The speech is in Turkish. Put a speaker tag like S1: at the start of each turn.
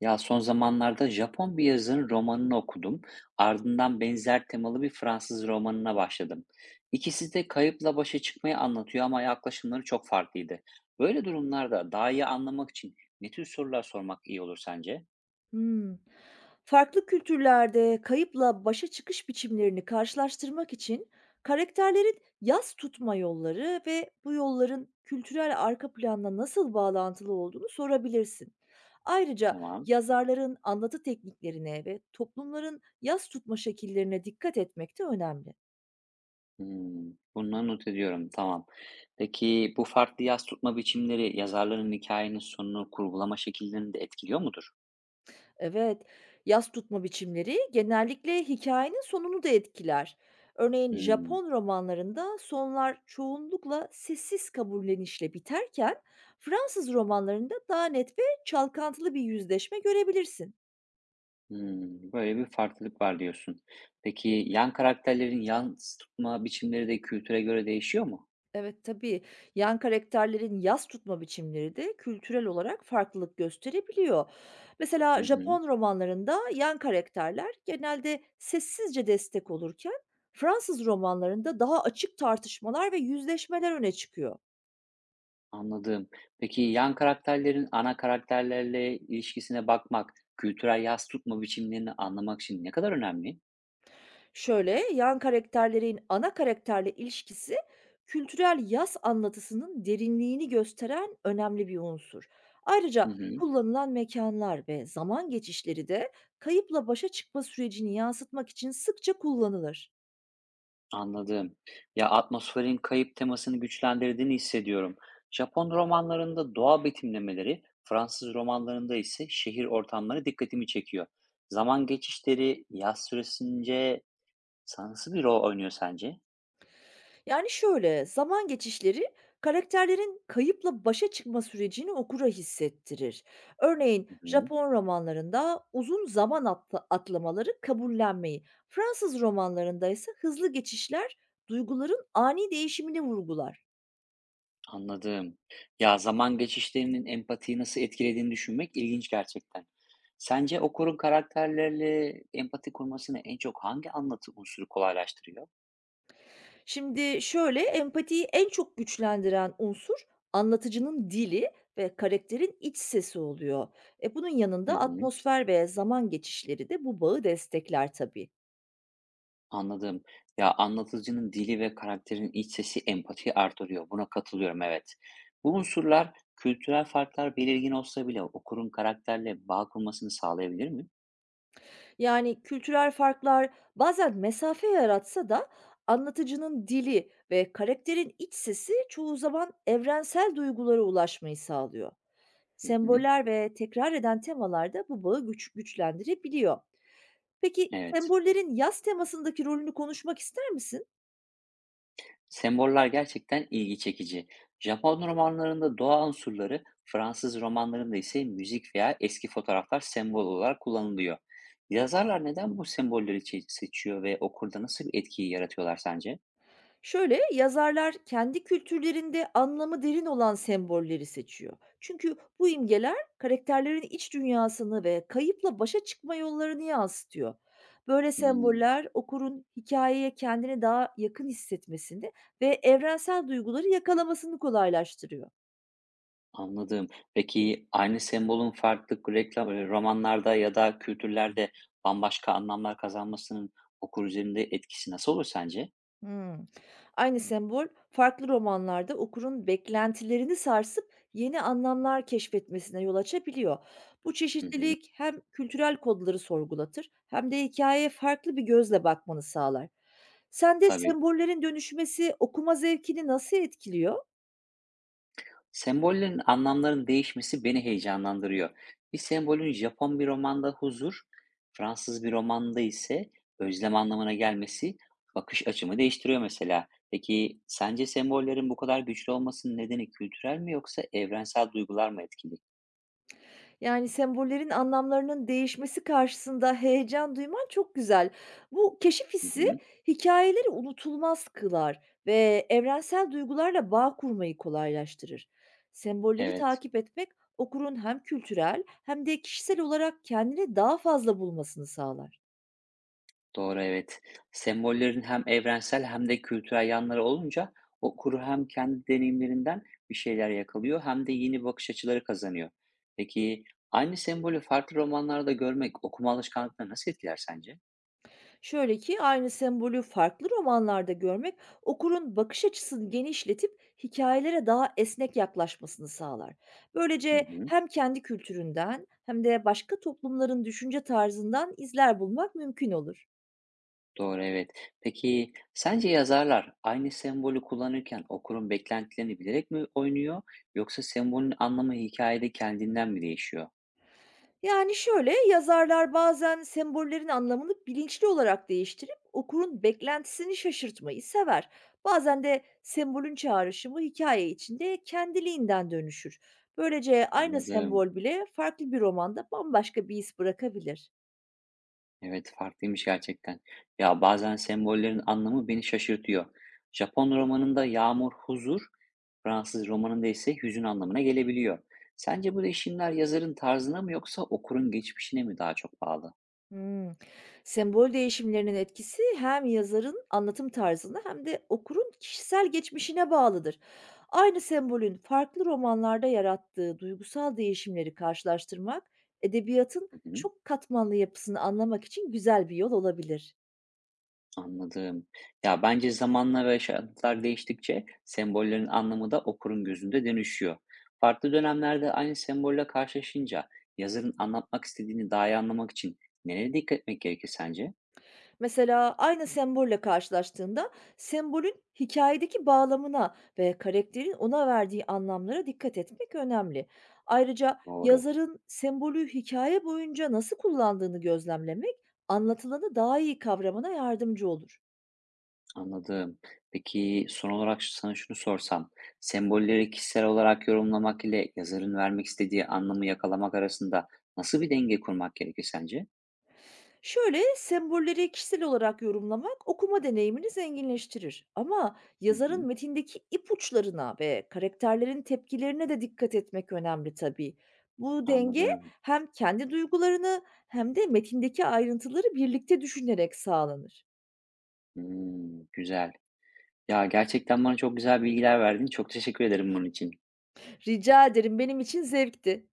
S1: Ya son zamanlarda Japon bir yazarın romanını okudum. Ardından benzer temalı bir Fransız romanına başladım. İkisi de kayıpla başa çıkmayı anlatıyor ama yaklaşımları çok farklıydı. Böyle durumlarda daha iyi anlamak için ne tür sorular sormak iyi olur sence?
S2: Hımm. Farklı kültürlerde kayıpla başa çıkış biçimlerini karşılaştırmak için karakterlerin yas tutma yolları ve bu yolların kültürel arka planla nasıl bağlantılı olduğunu sorabilirsin. Ayrıca
S1: Tamam.
S2: yazarların anlatı tekniklerine ve toplumların yas tutma şekillerine dikkat etmek de önemli.
S1: Hmm, bunları not ediyorum. Tamam. Peki bu farklı yaz tutma biçimleri yazarların hikayenin sonunu kurgulama şekillerini de etkiliyor mudur?
S2: Evet, yas tutma biçimleri genellikle hikayenin sonunu da etkiler. Örneğin
S1: Hmm.
S2: Japon romanlarında sonlar çoğunlukla sessiz kabullenişle biterken, Fransız romanlarında daha net ve çalkantılı bir yüzleşme görebilirsin.
S1: Böyle bir farklılık var diyorsun. Peki, yan karakterlerin yansıtma biçimleri de kültüre göre değişiyor mu?
S2: Evet, tabii. Yan karakterlerin yaz tutma biçimleri de kültürel olarak farklılık gösterebiliyor.
S1: Hı
S2: Mesela
S1: hı,
S2: Japon romanlarında yan karakterler genelde sessizce destek olurken Fransız romanlarında daha açık tartışmalar ve yüzleşmeler öne çıkıyor.
S1: anladım. Peki, yan karakterlerin ana karakterlerle ilişkisine bakmak, kültürel yas tutma biçimlerini anlamak için ne kadar önemli?
S2: Şöyle, yan karakterlerin ana karakterle ilişkisi kültürel yaz anlatısının derinliğini gösteren önemli bir unsur. Ayrıca
S1: Hı hı,
S2: kullanılan mekanlar ve zaman geçişleri de kayıpla başa çıkma sürecini yansıtmak için sıkça kullanılır.
S1: anladım. Ya, atmosferin kayıp temasını güçlendirdiğini hissediyorum. Japon romanlarında doğa betimlemeleri, Fransız romanlarında ise şehir ortamları dikkatimi çekiyor. Zaman geçişleri yaz süresince nasıl bir rol oynuyor sence?
S2: Yani şöyle, zaman geçişleri karakterlerin kayıpla başa çıkma sürecini okura hissettirir. Örneğin
S1: Hı hı,
S2: Japon romanlarında uzun zaman atlamaları kabullenmeyi, Fransız romanlarında ise hızlı geçişler duyguların ani değişimini vurgular.
S1: anladım. Ya, zaman geçişlerinin empatiyi nasıl etkilediğini düşünmek ilginç gerçekten. Sence okurun karakterlerle empati kurmasını en çok hangi anlatı unsuru kolaylaştırıyor?
S2: Şimdi şöyle, empatiyi en çok güçlendiren unsur anlatıcının dili ve karakterin iç sesi oluyor. E bunun
S1: Hı
S2: yanında
S1: hı,
S2: atmosfer ve zaman geçişleri de bu bağı destekler tabii.
S1: anladım. Ya, anlatıcının dili ve karakterin iç sesi empatiyi artırıyor. Buna katılıyorum, evet. Bu unsurlar kültürel farklar belirgin olsa bile okurun karakterle bağ kurmasını sağlayabilir mi?
S2: Yani kültürel farklar bazen mesafe yaratsa da anlatıcının dili ve karakterin iç sesi çoğu zaman evrensel duygulara ulaşmayı sağlıyor.
S1: Hı hı,
S2: Semboller ve tekrar eden temalar da bu bağı güçlendirebiliyor. Peki
S1: evet.
S2: sembollerin yaz temasındaki rolünü konuşmak ister misin?
S1: Semboller gerçekten ilgi çekici. Japon romanlarında doğa unsurları, Fransız romanlarında ise müzik veya eski fotoğraflar sembol olarak kullanılıyor. Yazarlar neden bu sembolleri seçiyor ve okurda nasıl bir etkiyi yaratıyorlar sence?
S2: Şöyle, yazarlar kendi kültürlerinde anlamı derin olan sembolleri seçiyor. Çünkü bu imgeler karakterlerin iç dünyasını ve kayıpla başa çıkma yollarını yansıtıyor. Böyle
S1: Hmm,
S2: semboller okurun hikayeye kendini daha yakın hissetmesini ve evrensel duyguları yakalamasını kolaylaştırıyor.
S1: anladım. Peki aynı sembolün farklı romanlarda ya da kültürlerde bambaşka anlamlar kazanmasının okur üzerinde etkisi nasıl olur sence?
S2: Hımm. Aynı sembol farklı romanlarda okurun beklentilerini sarsıp yeni anlamlar keşfetmesine yol açabiliyor. Bu
S1: Hı hı,
S2: çeşitlilik hem kültürel kodları sorgulatır hem de hikâyeye farklı bir gözle bakmanı sağlar. Sende
S1: tabii.
S2: sembollerin dönüşmesi okuma zevkini nasıl etkiliyor?
S1: Sembollerin anlamların değişmesi beni heyecanlandırıyor. Bir sembolün Japon bir romanda huzur, Fransız bir romanda ise özlem anlamına gelmesi bakış açımı değiştiriyor mesela. Peki sence sembollerin bu kadar güçlü olmasının nedeni kültürel mi yoksa evrensel duygular mı etkili?
S2: Yani, sembollerin anlamlarının değişmesi karşısında heyecan duyman çok güzel. Bu keşif
S1: Hı
S2: hissi
S1: hı,
S2: hikayeleri unutulmaz kılar ve evrensel duygularla bağ kurmayı kolaylaştırır. Sembolleri
S1: evet.
S2: takip etmek okurun hem kültürel hem de kişisel olarak kendini daha fazla bulmasını sağlar.
S1: Doğru, evet. Sembollerin hem evrensel hem de kültürel yanları olunca okur hem kendi deneyimlerinden bir şeyler yakalıyor hem de yeni bakış açıları kazanıyor. Peki aynı sembolü farklı romanlarda görmek okuma alışkanlıklarını nasıl etkiler sence?
S2: Şöyle ki aynı sembolü farklı romanlarda görmek okurun bakış açısını genişletip hikayelere daha esnek yaklaşmasını sağlar.
S1: Hı
S2: Böylece
S1: hı,
S2: hem kendi kültüründen hem de başka toplumların düşünce tarzından izler bulmak mümkün olur.
S1: doğru, evet. Peki sence yazarlar aynı sembolü kullanırken okurun beklentilerini bilerek mi oynuyor yoksa sembolün anlamı hikayede kendinden mi değişiyor?
S2: Yani şöyle, yazarlar bazen sembollerin anlamını bilinçli olarak değiştirip okurun beklentisini şaşırtmayı sever. Bazen de sembolün çağrışımı hikaye içinde kendiliğinden dönüşür. Böylece aynı
S1: Anladım.
S2: sembol bile farklı bir romanda bambaşka bir iz bırakabilir.
S1: Evet, farklıymış gerçekten. Ya bazen sembollerin anlamı beni şaşırtıyor. Japon romanında yağmur huzur, Fransız romanında ise hüzün anlamına gelebiliyor. Sence bu değişimler yazarın tarzına mı yoksa okurun geçmişine mi daha çok bağlı?
S2: Hımm. Sembol değişimlerinin etkisi hem yazarın anlatım tarzına hem de okurun kişisel geçmişine bağlıdır. Aynı sembolün farklı romanlarda yarattığı duygusal değişimleri karşılaştırmak, edebiyatın
S1: Hı hı,
S2: çok katmanlı yapısını anlamak için güzel bir yol olabilir.
S1: anladım. Ya bence zamanla ve şartlar değiştikçe sembollerin anlamı da okurun gözünde dönüşüyor. Farklı dönemlerde aynı sembolle karşılaşınca yazarın anlatmak istediğini daha iyi anlamak için nereye dikkat etmek gerekir sence?
S2: Mesela aynı sembolle karşılaştığında sembolün hikayedeki bağlamına ve karakterin ona verdiği anlamlara dikkat etmek önemli. Ayrıca
S1: Doğru.
S2: yazarın sembolü hikaye boyunca nasıl kullandığını gözlemlemek anlatılanı daha iyi kavramana yardımcı olur.
S1: Anladım. Peki son olarak sana şunu sorsam. Sembolleri kişisel olarak yorumlamak ile yazarın vermek istediği anlamı yakalamak arasında nasıl bir denge kurmak gerekir sence?
S2: Şöyle, sembolleri kişisel olarak yorumlamak okuma deneyimini zenginleştirir. Ama
S1: Hı
S2: yazarın
S1: hı,
S2: metindeki ipuçlarına ve karakterlerin tepkilerine de dikkat etmek önemli tabii. Bu denge
S1: anladım.
S2: hem kendi duygularını hem de metindeki ayrıntıları birlikte düşünerek sağlanır.
S1: Hmm, güzel. Ya gerçekten bana çok güzel bilgiler verdin. Çok teşekkür ederim bunun için.
S2: Rica ederim, benim için zevkti.